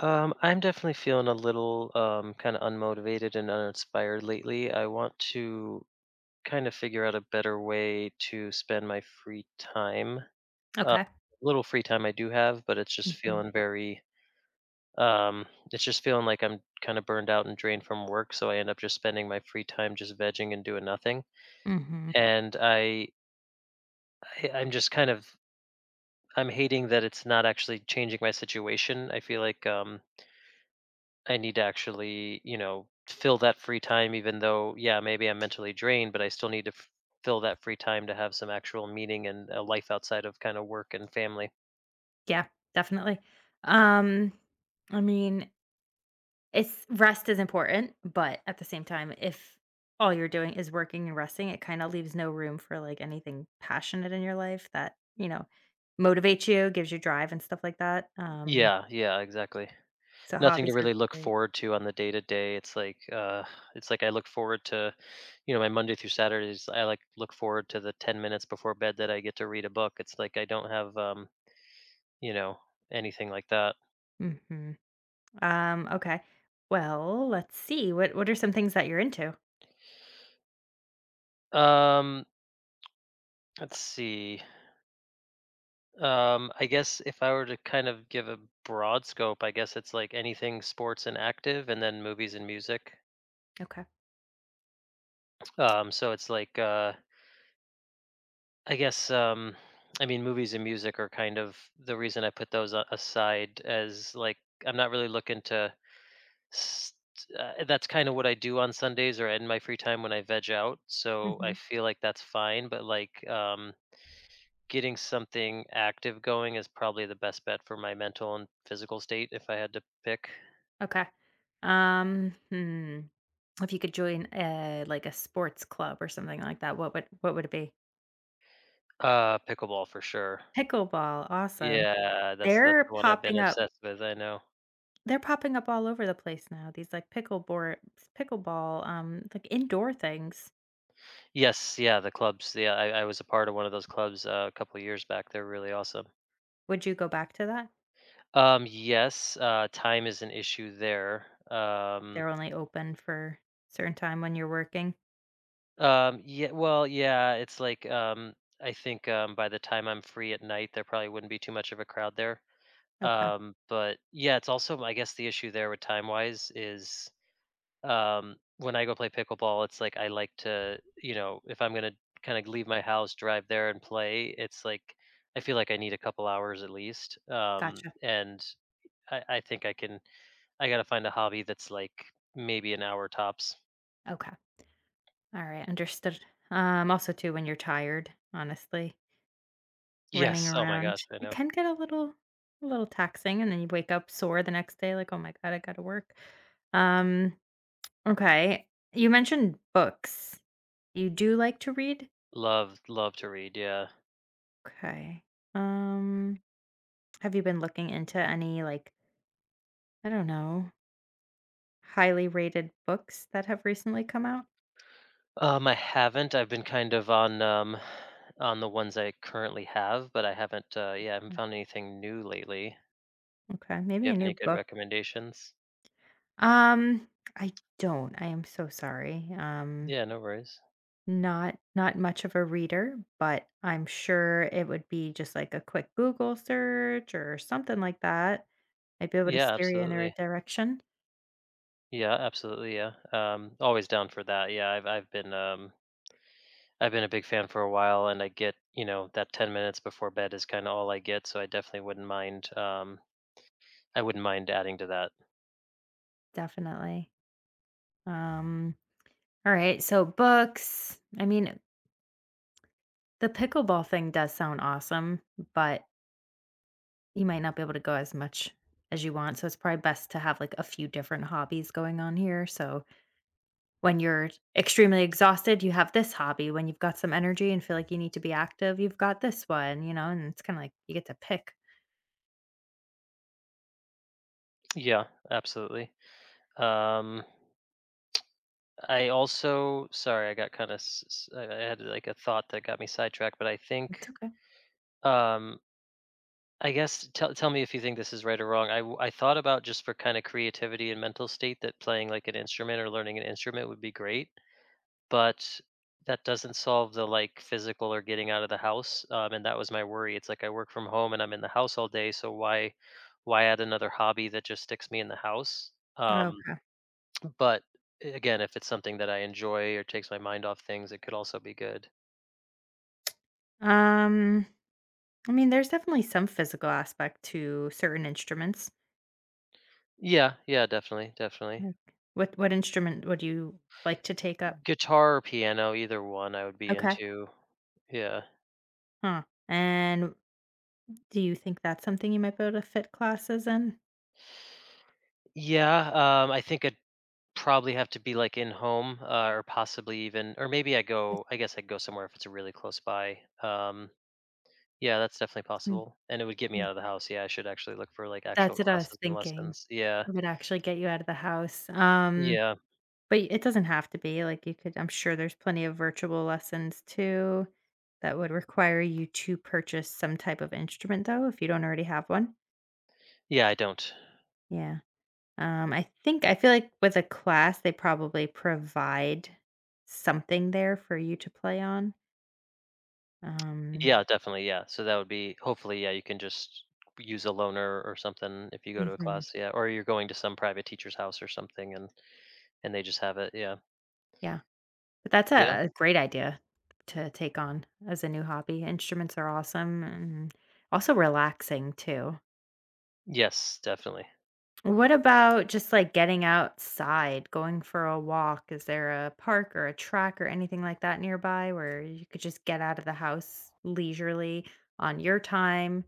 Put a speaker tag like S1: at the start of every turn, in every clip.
S1: I'm definitely feeling a little kind of unmotivated and uninspired lately. I want to kind of figure out a better way to spend my free time. Uh,
S2: Okay.
S1: Little free time I do have, but it's just
S2: Mhm.
S1: feeling very. Um, it's just feeling like I'm kind of burned out and drained from work, so I end up just spending my free time just vegging and doing nothing.
S2: Mhm.
S1: And I I'm just kind of I'm hating that it's not actually changing my situation. I feel like I need to actually, fill that free time even though, yeah, maybe I'm mentally drained, but I still need to fill that free time to have some actual meaning and a life outside of kind of work and family.
S2: Yeah, definitely. Um, I mean, it's rest is important, but at the same time, if all you're doing is working and resting, it kind of leaves no room for like anything passionate in your life that, you know, motivates you, gives you drive and stuff like that. Um,
S1: Yeah, yeah, exactly.
S2: so
S1: Nothing to
S2: hobbies are
S1: really look
S2: great.
S1: forward to on the day to day. It's like I look forward to, my Monday through Saturdays, I like look forward to the 10 minutes before bed that I get to read a book. It's like I don't have you know, anything like that.
S2: Mhm. Okay. Well, let's see. What are some things that you're into?
S1: Um, let's see. I guess if I were to kind of give a broad scope, I guess it's like anything sports and active, and then movies and music.
S2: Okay.
S1: So it's like I guess I mean movies and music are kind of the reason I put those aside as like I'm not really looking to. St- that's kind of what I do on Sundays or in my free time when I veg out. So I
S2: Mhm.
S1: feel like that's fine, but like getting something active going is probably the best bet for my mental and physical state if I had to pick.
S2: Okay. Um, hmm. If you could join like a sports club or something like that, what would it be?
S1: Pickleball for sure.
S2: Pickleball, awesome.
S1: Yeah, that's the
S2: They're
S1: one I've been
S2: popping up.
S1: obsessed with, I know.
S2: They're popping up all over the place now. These like pickleball, like indoor things.
S1: Yes, yeah, the clubs, yeah, I was a part of one of those clubs, a couple of years back. They're really awesome.
S2: Would you go back to that?
S1: Yes, time is an issue there.
S2: They're only open for certain time when you're working.
S1: Yeah, well, yeah, it's like, I think, by the time I'm free at night, there probably wouldn't be too much of a crowd there.
S2: Okay,
S1: But yeah, it's also, I guess the issue there with time-wise is when I go play pickleball, it's like I like to, if I'm gonna kind of leave my house, drive there and play, it's like I feel like I need a couple hours at least.
S2: gotcha.
S1: And I think I can. I gotta find a hobby that's like maybe an hour tops.
S2: Okay, all right, understood. Also too when you're tired, honestly. Running
S1: Yes. Oh my gosh,
S2: around.
S1: I
S2: It
S1: know.
S2: can get a little taxing, and then you wake up sore the next day like, "Oh my god, I gotta work." Um, okay. You mentioned books. You do like to read?
S1: Love, love to read. Yeah.
S2: Okay. Um, have you been looking into any, like, I don't know, highly rated books that have recently come out?
S1: I haven't. I've been kind of on the ones I currently have, but I haven't. Yeah, I haven't
S2: Mm,
S1: found anything new lately.
S2: okay,
S1: Do you
S2: maybe a
S1: have
S2: new
S1: any good
S2: book.
S1: recommendations?
S2: Um, I don't. I am so sorry.
S1: Yeah, no worries.
S2: Not much of a reader, but I'm sure it would be just like a quick Google search or something like that. I'd be able to
S1: Yeah,
S2: steer you in the
S1: absolutely.
S2: right direction.
S1: Yeah, absolutely. Yeah. Always down for that. Yeah, I've been a big fan for a while, and I get that 10 minutes before bed is kind of all I get, so I definitely wouldn't mind. I wouldn't mind adding to that.
S2: Definitely. Um, alright, so books. I mean, the pickleball thing does sound awesome, but you might not be able to go as much as you want, so it's probably best to have, like, a few different hobbies going on here, so when you're extremely exhausted, you have this hobby. When you've got some energy and feel like you need to be active, you've got this one, you know, and it's kinda like you get to pick.
S1: Yeah, absolutely. Um, I also, sorry, I got kind of I had like a thought that got me sidetracked, but I
S2: It's
S1: think
S2: okay.
S1: um I guess tell me if you think this is right or wrong. I thought about just for kind of creativity and mental state that playing like an instrument or learning an instrument would be great, but that doesn't solve the like physical or getting out of the house. And that was my worry. It's like I work from home and I'm in the house all day, so why add another hobby that just sticks me in the house? Um,
S2: Okay.
S1: but again, if it's something that I enjoy or takes my mind off things, it could also be good.
S2: Um, I mean, there's definitely some physical aspect to certain instruments.
S1: Yeah, yeah, definitely, definitely.
S2: Like what instrument would you like to take up?
S1: Guitar or piano, either one I would be
S2: Okay.
S1: into. Yeah.
S2: Huh. And do you think that's something you might be able to fit classes in?
S1: Yeah, I think I'd probably have to be, like, in home, or possibly even or maybe
S2: Like,
S1: I guess I'd go somewhere if it's really close by. Yeah, that's definitely
S2: mm,
S1: possible, and it would get me
S2: mm.
S1: out of the house. Yeah, I should actually look for, like, actual
S2: That's what I was
S1: classes and
S2: thinking.
S1: lessons. Yeah.
S2: Would actually get you out of the house.
S1: Yeah.
S2: But it doesn't have to be, like, you could I'm sure there's plenty of virtual lessons too that would require you to purchase some type of instrument though, if you don't already have one.
S1: Yeah, I don't.
S2: Yeah. I think I feel like with a class, they probably provide something there for you to play on. Um
S1: Yeah, definitely, yeah. So that would be hopefully, yeah, you can just use a loaner or something if you go to a
S2: Mhm.
S1: class, yeah, or you're going to some private teacher's house or something and they just have it, yeah.
S2: Yeah. But that's
S1: Yeah.
S2: a great idea to take on as a new hobby. Instruments are awesome and also relaxing too.
S1: Yes, definitely.
S2: What about just like getting outside, going for a walk? Is there a park or a track or anything like that nearby where you could just get out of the house leisurely on your time?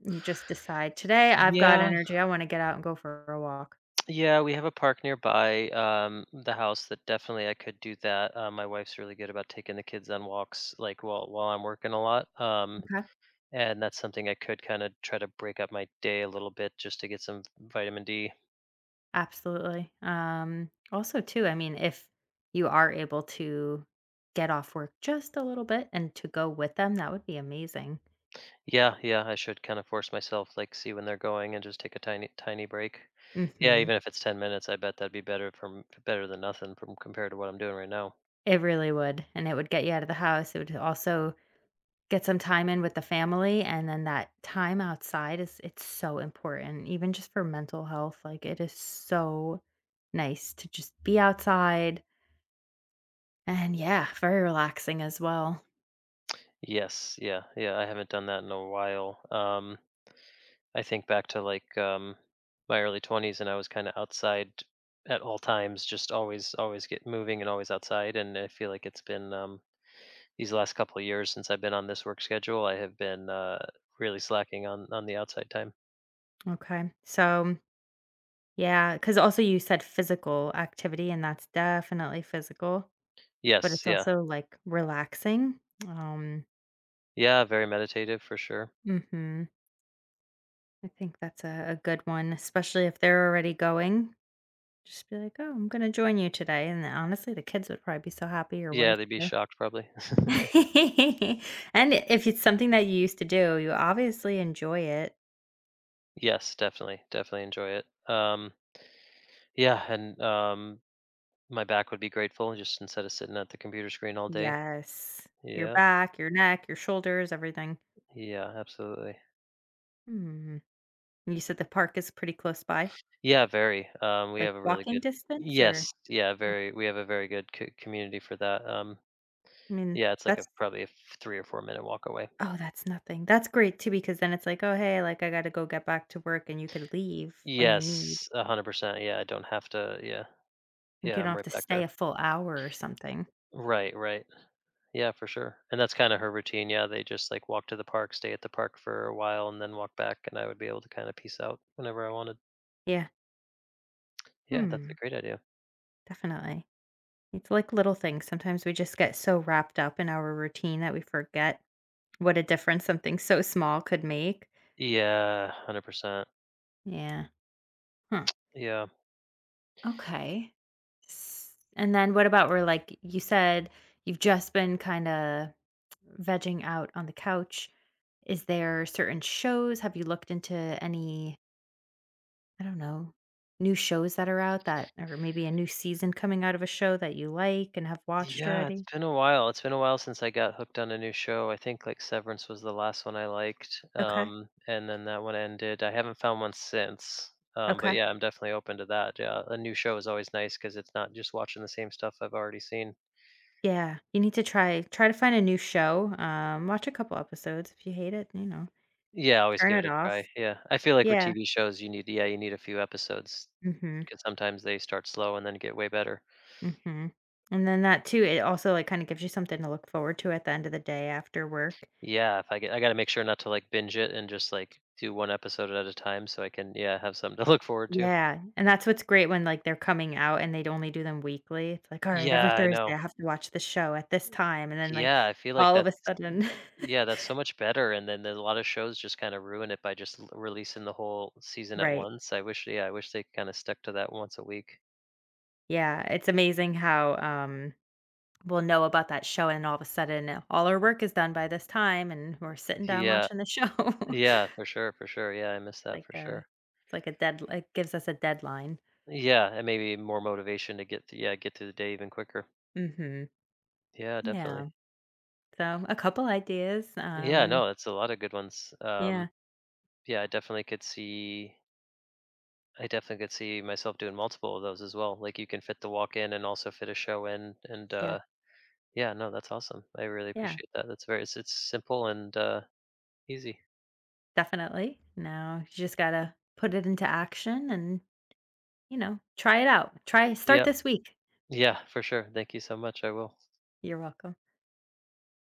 S2: You just decide today I've got
S1: Yeah,
S2: energy. I want to get out and go for a walk.
S1: yeah, we have a park nearby the house that definitely I could do that. My wife's really good about taking the kids on walks, like while I'm working a lot,
S2: Okay.
S1: and that's something I could kind of try to break up my day a little bit just to get some vitamin D.
S2: Absolutely. Also, too, I mean, if you are able to get off work just a little bit and to go with them, that would be amazing.
S1: Yeah, yeah, I should kind of force myself, like see when they're going and just take a tiny tiny break. Yeah,
S2: Hmm.
S1: even if it's 10 minutes, I bet that'd be better from better than nothing from compared to what I'm doing right now.
S2: It really would. And it would get you out of the house. It would also get some time in with the family, and then that time outside is it's so important, even just for mental health, like, it is so nice to just be outside, and yeah, very relaxing as well.
S1: Yes, yeah, yeah. I haven't done that in a while. I think back to like my early 20s, and I was kind of outside at all times, just always, always get moving and always outside. And I feel like it's been these last couple of years since I've been on this work schedule, I have been really slacking on the outside time.
S2: Okay, so, yeah, because also you said physical activity, and that's definitely physical, but
S1: Yes,
S2: it's
S1: yeah,
S2: also, like, relaxing. Um,
S1: yeah, very meditative for sure.
S2: mhm, I think that's a good one, especially if they're already going. Just be like, "Oh, I'm gonna join you today," and then, honestly, the kids would probably be so happy, your
S1: Yeah,
S2: wife
S1: they'd be
S2: too.
S1: shocked probably.
S2: And if it's something that you used to do, you obviously enjoy it.
S1: Yes, definitely, definitely enjoy it. Um, yeah, and my back would be grateful just instead of sitting at the computer screen all day.
S2: Yes. Your
S1: Yeah,
S2: back, your neck, your shoulders, everything.
S1: yeah, absolutely.
S2: Hmm. And you said the park is pretty close by?
S1: Yeah, very. We
S2: Like,
S1: have a really
S2: walking
S1: good
S2: distance or
S1: yes, yeah,
S2: oh,
S1: very. We have a very good community for that.
S2: I mean,
S1: Yeah, it's like a
S2: that's
S1: probably 3 or 4 minute walk away.
S2: oh, that's nothing. That's great too because then it's like, "Oh, hey, like, I gotta go get back to work," and you could leave when you need.
S1: Yes, 100%. Yeah, I don't have to. Yeah,
S2: Like,
S1: yeah,
S2: you don't
S1: I'm
S2: have
S1: right
S2: to
S1: back
S2: stay
S1: there.
S2: a full hour or something.
S1: Right, right. Yeah, for sure. And that's kind of her routine. Yeah, they just like walk to the park, stay at the park for a while, and then walk back. And I would be able to kind of peace out whenever I wanted.
S2: Yeah.
S1: Yeah, that's
S2: Hmm.
S1: a great idea.
S2: Definitely. It's like little things. Sometimes we just get so wrapped up in our routine that we forget what a difference something so small could make.
S1: Yeah, 100%.
S2: Yeah. Huh.
S1: Yeah.
S2: Okay. And then what about where, like you said, you've just been kind of vegging out on the couch? Is there certain shows? Have you looked into any, I don't know, new shows that are out or maybe a new season coming out of a show that you like and have watched
S1: Yeah, it's
S2: already?
S1: been a while. It's been a while since I got hooked on a new show. I think like Severance was the last one I liked,
S2: Okay.
S1: and then that one ended. I haven't found one since. But
S2: Okay.
S1: yeah, I'm definitely open to that. Yeah, a new show is always nice because it's not just watching the same stuff I've already seen.
S2: Yeah, you need to try to find a new show, watch a couple episodes, if you hate it, you know,
S1: Yeah, always
S2: turn
S1: give it
S2: it
S1: a
S2: off.
S1: try. Yeah, I feel like with
S2: Yeah,
S1: TV shows, you need yeah, you need a few episodes
S2: mhm,
S1: because sometimes they start slow and then get way better.
S2: mhm, and then that too, it also, like, kinda gives you something to look forward to at the end of the day after work.
S1: Yeah, if I get, I got to make sure not to like binge it and just like do one episode at a time so I can, yeah, have something to look forward to.
S2: Yeah, and that's what's great when, like, they're coming out and they'd only do them weekly, it's like, "Alright, every
S1: Yeah, I know.
S2: Thursday I have to watch the show at this time," and then, like,
S1: Yeah, I feel like
S2: all of
S1: that's
S2: a sudden.
S1: yeah, that's so much better. And then there's a lot of shows just kind of ruin it by just releasing the whole season at
S2: Right,
S1: once. Yeah, I wish they kind of stuck to that once a week.
S2: yeah, it's amazing how, will know about that show, and all of a sudden, all our work is done by this time, and we're sitting down
S1: Yeah,
S2: watching the show.
S1: yeah, for sure, for sure. Yeah, I miss that
S2: Like
S1: for
S2: a
S1: sure.
S2: It's like a dead it gives us a deadline.
S1: Yeah, and maybe more motivation to yeah, get through the day even quicker.
S2: Mhm.
S1: Yeah, definitely.
S2: Yeah. So, a couple ideas.
S1: Yeah, no, that's a lot of good ones.
S2: Yeah,
S1: Yeah, I definitely could see myself doing multiple of those as well. Like you can fit the walk in and also fit a show in, and
S2: yeah,
S1: yeah, no, that's awesome. I really
S2: yeah,
S1: appreciate that. It's simple and easy.
S2: definitely. Now, you just gotta put it into action and, you know, try it out. Try Start
S1: Yep.
S2: this week.
S1: Yeah, for sure. Thank you so much. I will.
S2: You're welcome.